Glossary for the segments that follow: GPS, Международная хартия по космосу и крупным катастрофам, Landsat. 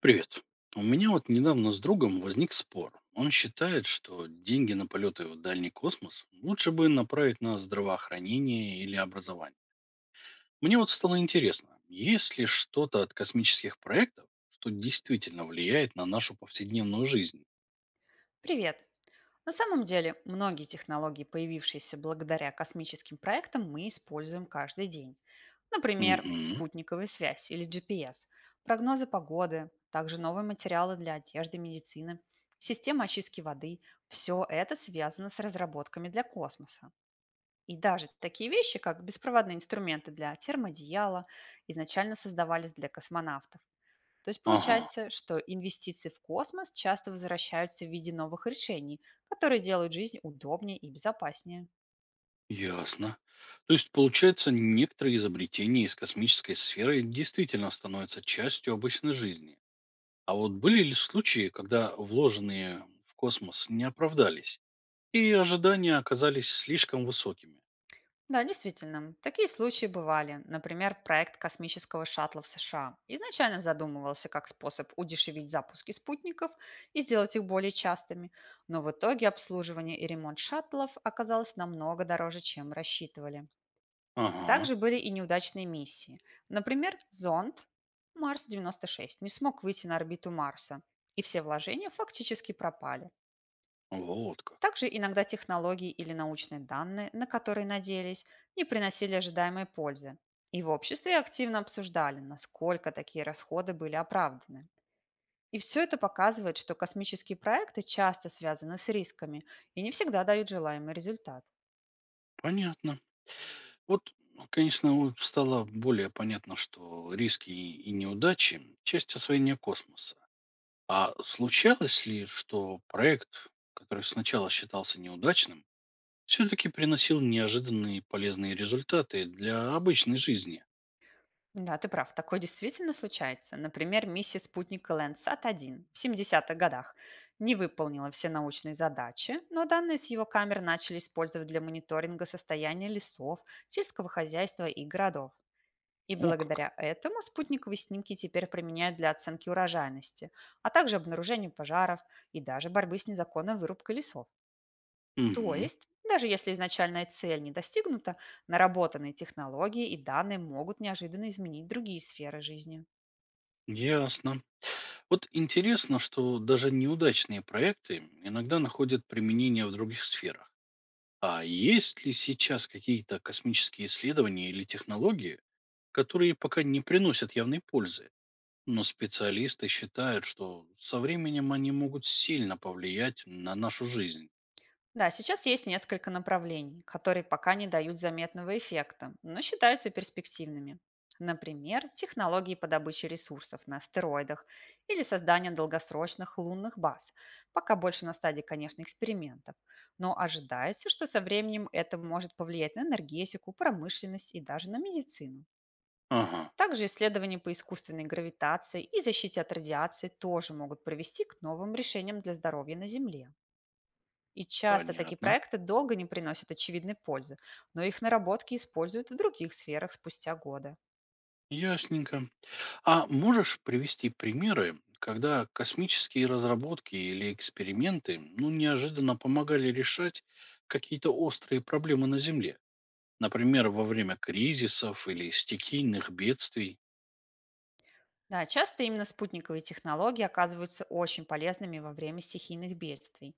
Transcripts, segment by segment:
Привет. У меня вот недавно с другом возник спор. Он считает, что деньги на полеты в дальний космос лучше бы направить на здравоохранение или образование. Мне вот стало интересно, есть ли что-то от космических проектов, что действительно влияет на нашу повседневную жизнь? Привет! На самом деле, многие технологии, появившиеся благодаря космическим проектам, мы используем каждый день. Например, Угу. спутниковая связь или GPS, прогнозы погоды, также новые материалы для одежды, медицины, система очистки воды. Все это связано с разработками для космоса. И даже такие вещи, как беспроводные инструменты для термодеяла, изначально создавались для космонавтов. То есть Ага, получается, что инвестиции в космос часто возвращаются в виде новых решений, которые делают жизнь удобнее и безопаснее. ясно. То есть, получается, некоторые изобретения из космической сферы действительно становятся частью обычной жизни. А вот были ли случаи, когда вложенные в космос не оправдались, и ожидания оказались слишком высокими? Да, действительно, такие случаи бывали. Например, проект космического шаттла в США изначально задумывался как способ удешевить запуски спутников и сделать их более частыми, но в итоге обслуживание и ремонт шаттлов оказалось намного дороже, чем рассчитывали. Ага, Также были и неудачные миссии. Например, зонд Марс-96 не смог выйти на орбиту Марса, и все вложения фактически пропали. вот как. Также иногда технологии или научные данные, на которые надеялись, не приносили ожидаемой пользы. И в обществе активно обсуждали, насколько такие расходы были оправданы. И все это показывает, что космические проекты часто связаны с рисками и не всегда дают желаемый результат. Понятно. Вот, ну, конечно, вот стало более понятно, что риски и неудачи– часть освоения космоса. А случалось ли, что проект, который сначала считался неудачным, все-таки приносил неожиданные полезные результаты для обычной жизни? Да, ты прав, такое действительно случается. Например, миссия спутника Landsat 1 в 70-х годах не выполнила все научные задачи, но данные с его камер начали использовать для мониторинга состояния лесов, сельского хозяйства и городов. И О как. благодаря этому спутниковые снимки теперь применяют для оценки урожайности, а также обнаружения пожаров и даже борьбы с незаконной вырубкой лесов. То Угу, есть, даже если изначальная цель не достигнута, наработанные технологии и данные могут неожиданно изменить другие сферы жизни. ясно. Вот интересно, что даже неудачные проекты иногда находят применение в других сферах. А есть ли сейчас какие-то космические исследования или технологии, которые пока не приносят явной пользы, но специалисты считают, что со временем они могут сильно повлиять на нашу жизнь? Да, сейчас есть несколько направлений, которые пока не дают заметного эффекта, но считаются перспективными. Например, технологии по добыче ресурсов на астероидах или создание долгосрочных лунных баз, пока больше на стадии, конечно, экспериментов. Но ожидается, что со временем это может повлиять на энергетику, промышленность и даже на медицину. Ага, Также исследования по искусственной гравитации и защите от радиации тоже могут привести к новым решениям для здоровья на Земле. И часто такие понятно. проекты долго не приносят очевидной пользы, но их наработки используют в других сферах спустя годы. Ясненько. А можешь привести примеры, когда космические разработки или эксперименты ну, неожиданно помогали решать какие-то острые проблемы на Земле? Например, во время кризисов или стихийных бедствий? Да, часто именно спутниковые технологии оказываются очень полезными во время стихийных бедствий,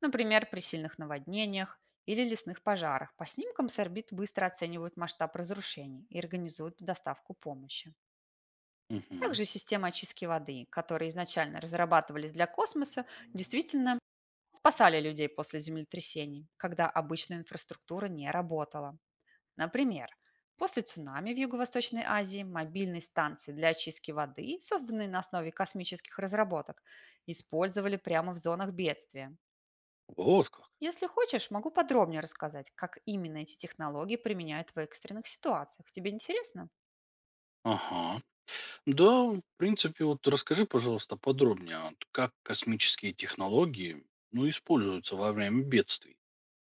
например, при сильных наводнениях или лесных пожарах. По снимкам с орбит быстро оценивают масштаб разрушений и организуют доставку помощи. Мгм. Также системы очистки воды, которые изначально разрабатывались для космоса, действительно спасали людей после землетрясений, когда обычная инфраструктура не работала. Например, после цунами в Юго-Восточной Азии мобильные станции для очистки воды, созданные на основе космических разработок, использовали прямо в зонах бедствия. Вот как. Если хочешь, могу подробнее рассказать, как именно эти технологии применяют в экстренных ситуациях. Тебе интересно? Ага. Да, в принципе, вот расскажи, пожалуйста, подробнее, вот как космические технологии ну, используются во время бедствий.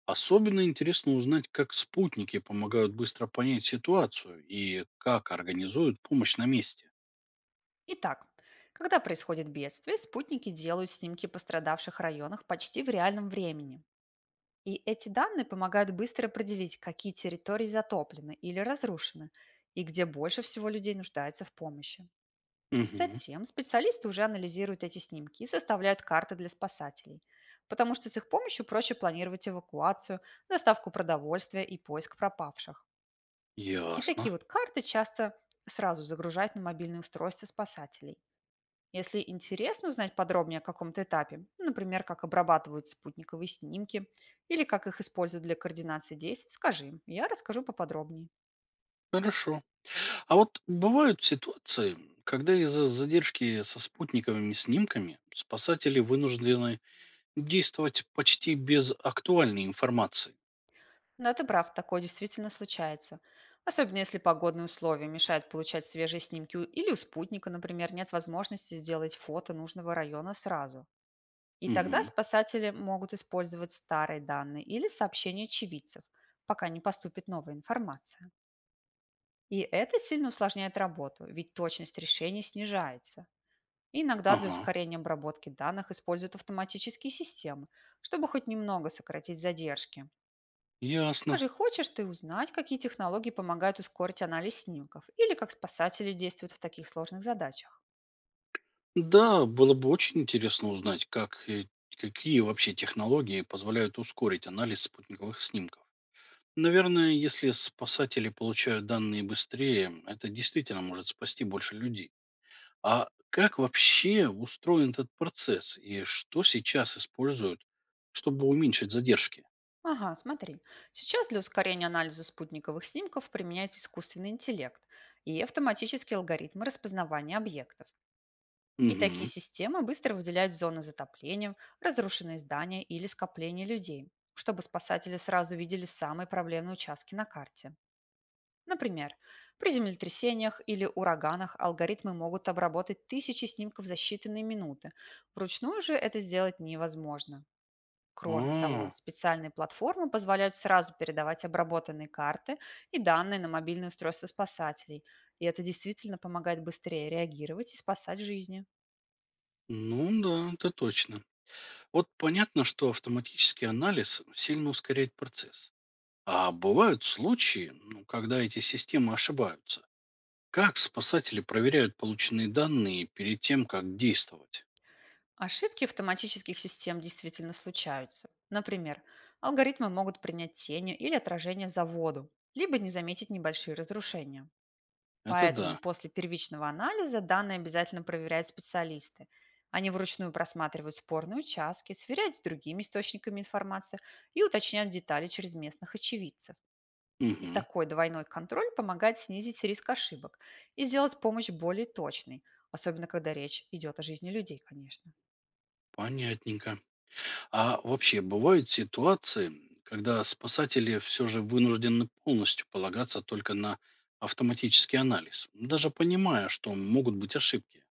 Особенно интересно узнать, как спутники помогают быстро понять ситуацию и как организуют помощь на месте. Итак, когда происходит бедствие, спутники делают снимки пострадавших районах почти в реальном времени. И эти данные помогают быстро определить, какие территории затоплены или разрушены, и где больше всего людей нуждается в помощи. Угу, Затем специалисты уже анализируют эти снимки и составляют карты для спасателей, потому что с их помощью проще планировать эвакуацию, доставку продовольствия и поиск пропавших. И ясно. такие вот карты часто сразу загружают на мобильные устройства спасателей. Если интересно узнать подробнее о каком-то этапе, ну, например, как обрабатывают спутниковые снимки или как их используют для координации действий, скажи, я расскажу поподробнее. Хорошо. А вот бывают ситуации, когда из-за задержки со спутниковыми снимками спасатели вынуждены действовать почти без актуальной информации. Да, ты прав, такое действительно случается. Особенно если погодные условия мешают получать свежие снимки или у спутника, например, нет возможности сделать фото нужного района сразу. И тогда Угу, спасатели могут использовать старые данные или сообщения очевидцев, пока не поступит новая информация. И это сильно усложняет работу, ведь точность решений снижается. И иногда для ага, ускорения обработки данных используют автоматические системы, чтобы хоть немного сократить задержки. ясно. Скажи, хочешь ты узнать, какие технологии помогают ускорить анализ снимков или как спасатели действуют в таких сложных задачах? Да, было бы очень интересно узнать, как, и какие вообще технологии позволяют ускорить анализ спутниковых снимков. Наверное, если спасатели получают данные быстрее, это действительно может спасти больше людей. А как вообще устроен этот процесс и что сейчас используют, чтобы уменьшить задержки? Ага, смотри. Сейчас для ускорения анализа спутниковых снимков применяется искусственный интеллект и автоматические алгоритмы распознавания объектов. И такие Угу. системы быстро выделяют зоны затопления, разрушенные здания или скопления людей, чтобы спасатели сразу видели самые проблемные участки на карте. Например, при землетрясениях или ураганах алгоритмы могут обработать тысячи снимков за считанные минуты. Вручную же это сделать невозможно. Кроме того, А, специальные платформы позволяют сразу передавать обработанные карты и данные на мобильные устройства спасателей, и это действительно помогает быстрее реагировать и спасать жизни. ну да, это точно. Вот понятно, что автоматический анализ сильно ускоряет процесс. А бывают случаи, ну, когда эти системы ошибаются. Как спасатели проверяют полученные данные перед тем, как действовать? Ошибки автоматических систем действительно случаются. Например, алгоритмы могут принять тени или отражение за воду, либо не заметить небольшие разрушения. Это Поэтому да. после первичного анализа данные обязательно проверяют специалисты. Они вручную просматривают спорные участки, сверяют с другими источниками информации и уточняют детали через местных очевидцев. И Мгм. такой двойной контроль помогает снизить риск ошибок и сделать помощь более точной, особенно когда речь идет о жизни людей, конечно. Понятненько. А вообще бывают ситуации, когда спасатели все же вынуждены полностью полагаться только на автоматический анализ, даже понимая, что могут быть ошибки.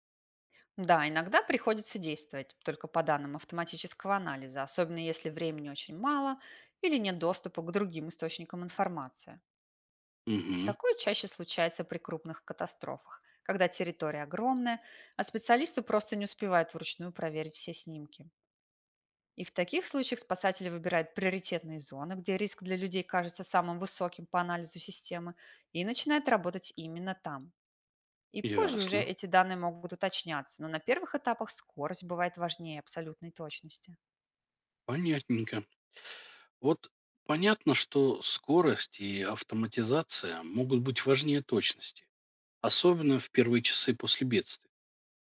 Да, иногда приходится действовать только по данным автоматического анализа, особенно если времени очень мало или нет доступа к другим источникам информации. Угу, Такое чаще случается при крупных катастрофах, когда территория огромная, а специалисты просто не успевают вручную проверить все снимки. И в таких случаях спасатели выбирают приоритетные зоны, где риск для людей кажется самым высоким по анализу системы, и начинают работать именно там. И позже уже ясно. эти данные могут уточняться, но на первых этапах скорость бывает важнее абсолютной точности. Понятненько. Вот понятно, что скорость и автоматизация могут быть важнее точности, особенно в первые часы после бедствия.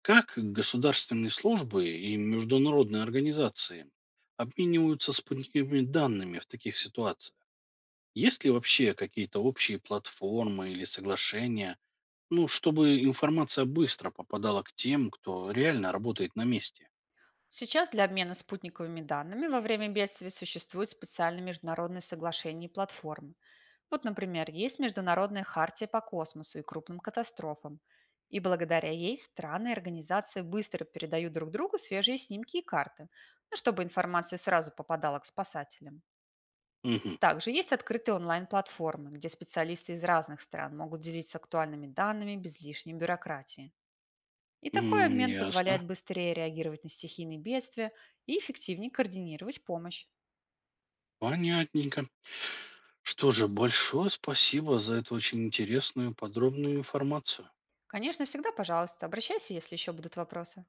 Как государственные службы и международные организации обмениваются спутниковыми данными в таких ситуациях? Есть ли вообще какие-то общие платформы или соглашения, ну, чтобы информация быстро попадала к тем, кто реально работает на месте? Сейчас для обмена спутниковыми данными во время бедствий существуют специальные международные соглашения и платформы. Вот, например, есть Международная хартия по космосу и крупным катастрофам. И благодаря ей страны и организации быстро передают друг другу свежие снимки и карты, ну, чтобы информация сразу попадала к спасателям. Мгм. Также есть открытые онлайн-платформы, где специалисты из разных стран могут делиться актуальными данными без лишней бюрократии. И такой М, обмен ясно. позволяет быстрее реагировать на стихийные бедствия и эффективнее координировать помощь. Понятненько. Что же, большое спасибо за эту очень интересную подробную информацию. Конечно, всегда, пожалуйста, обращайся, если еще будут вопросы.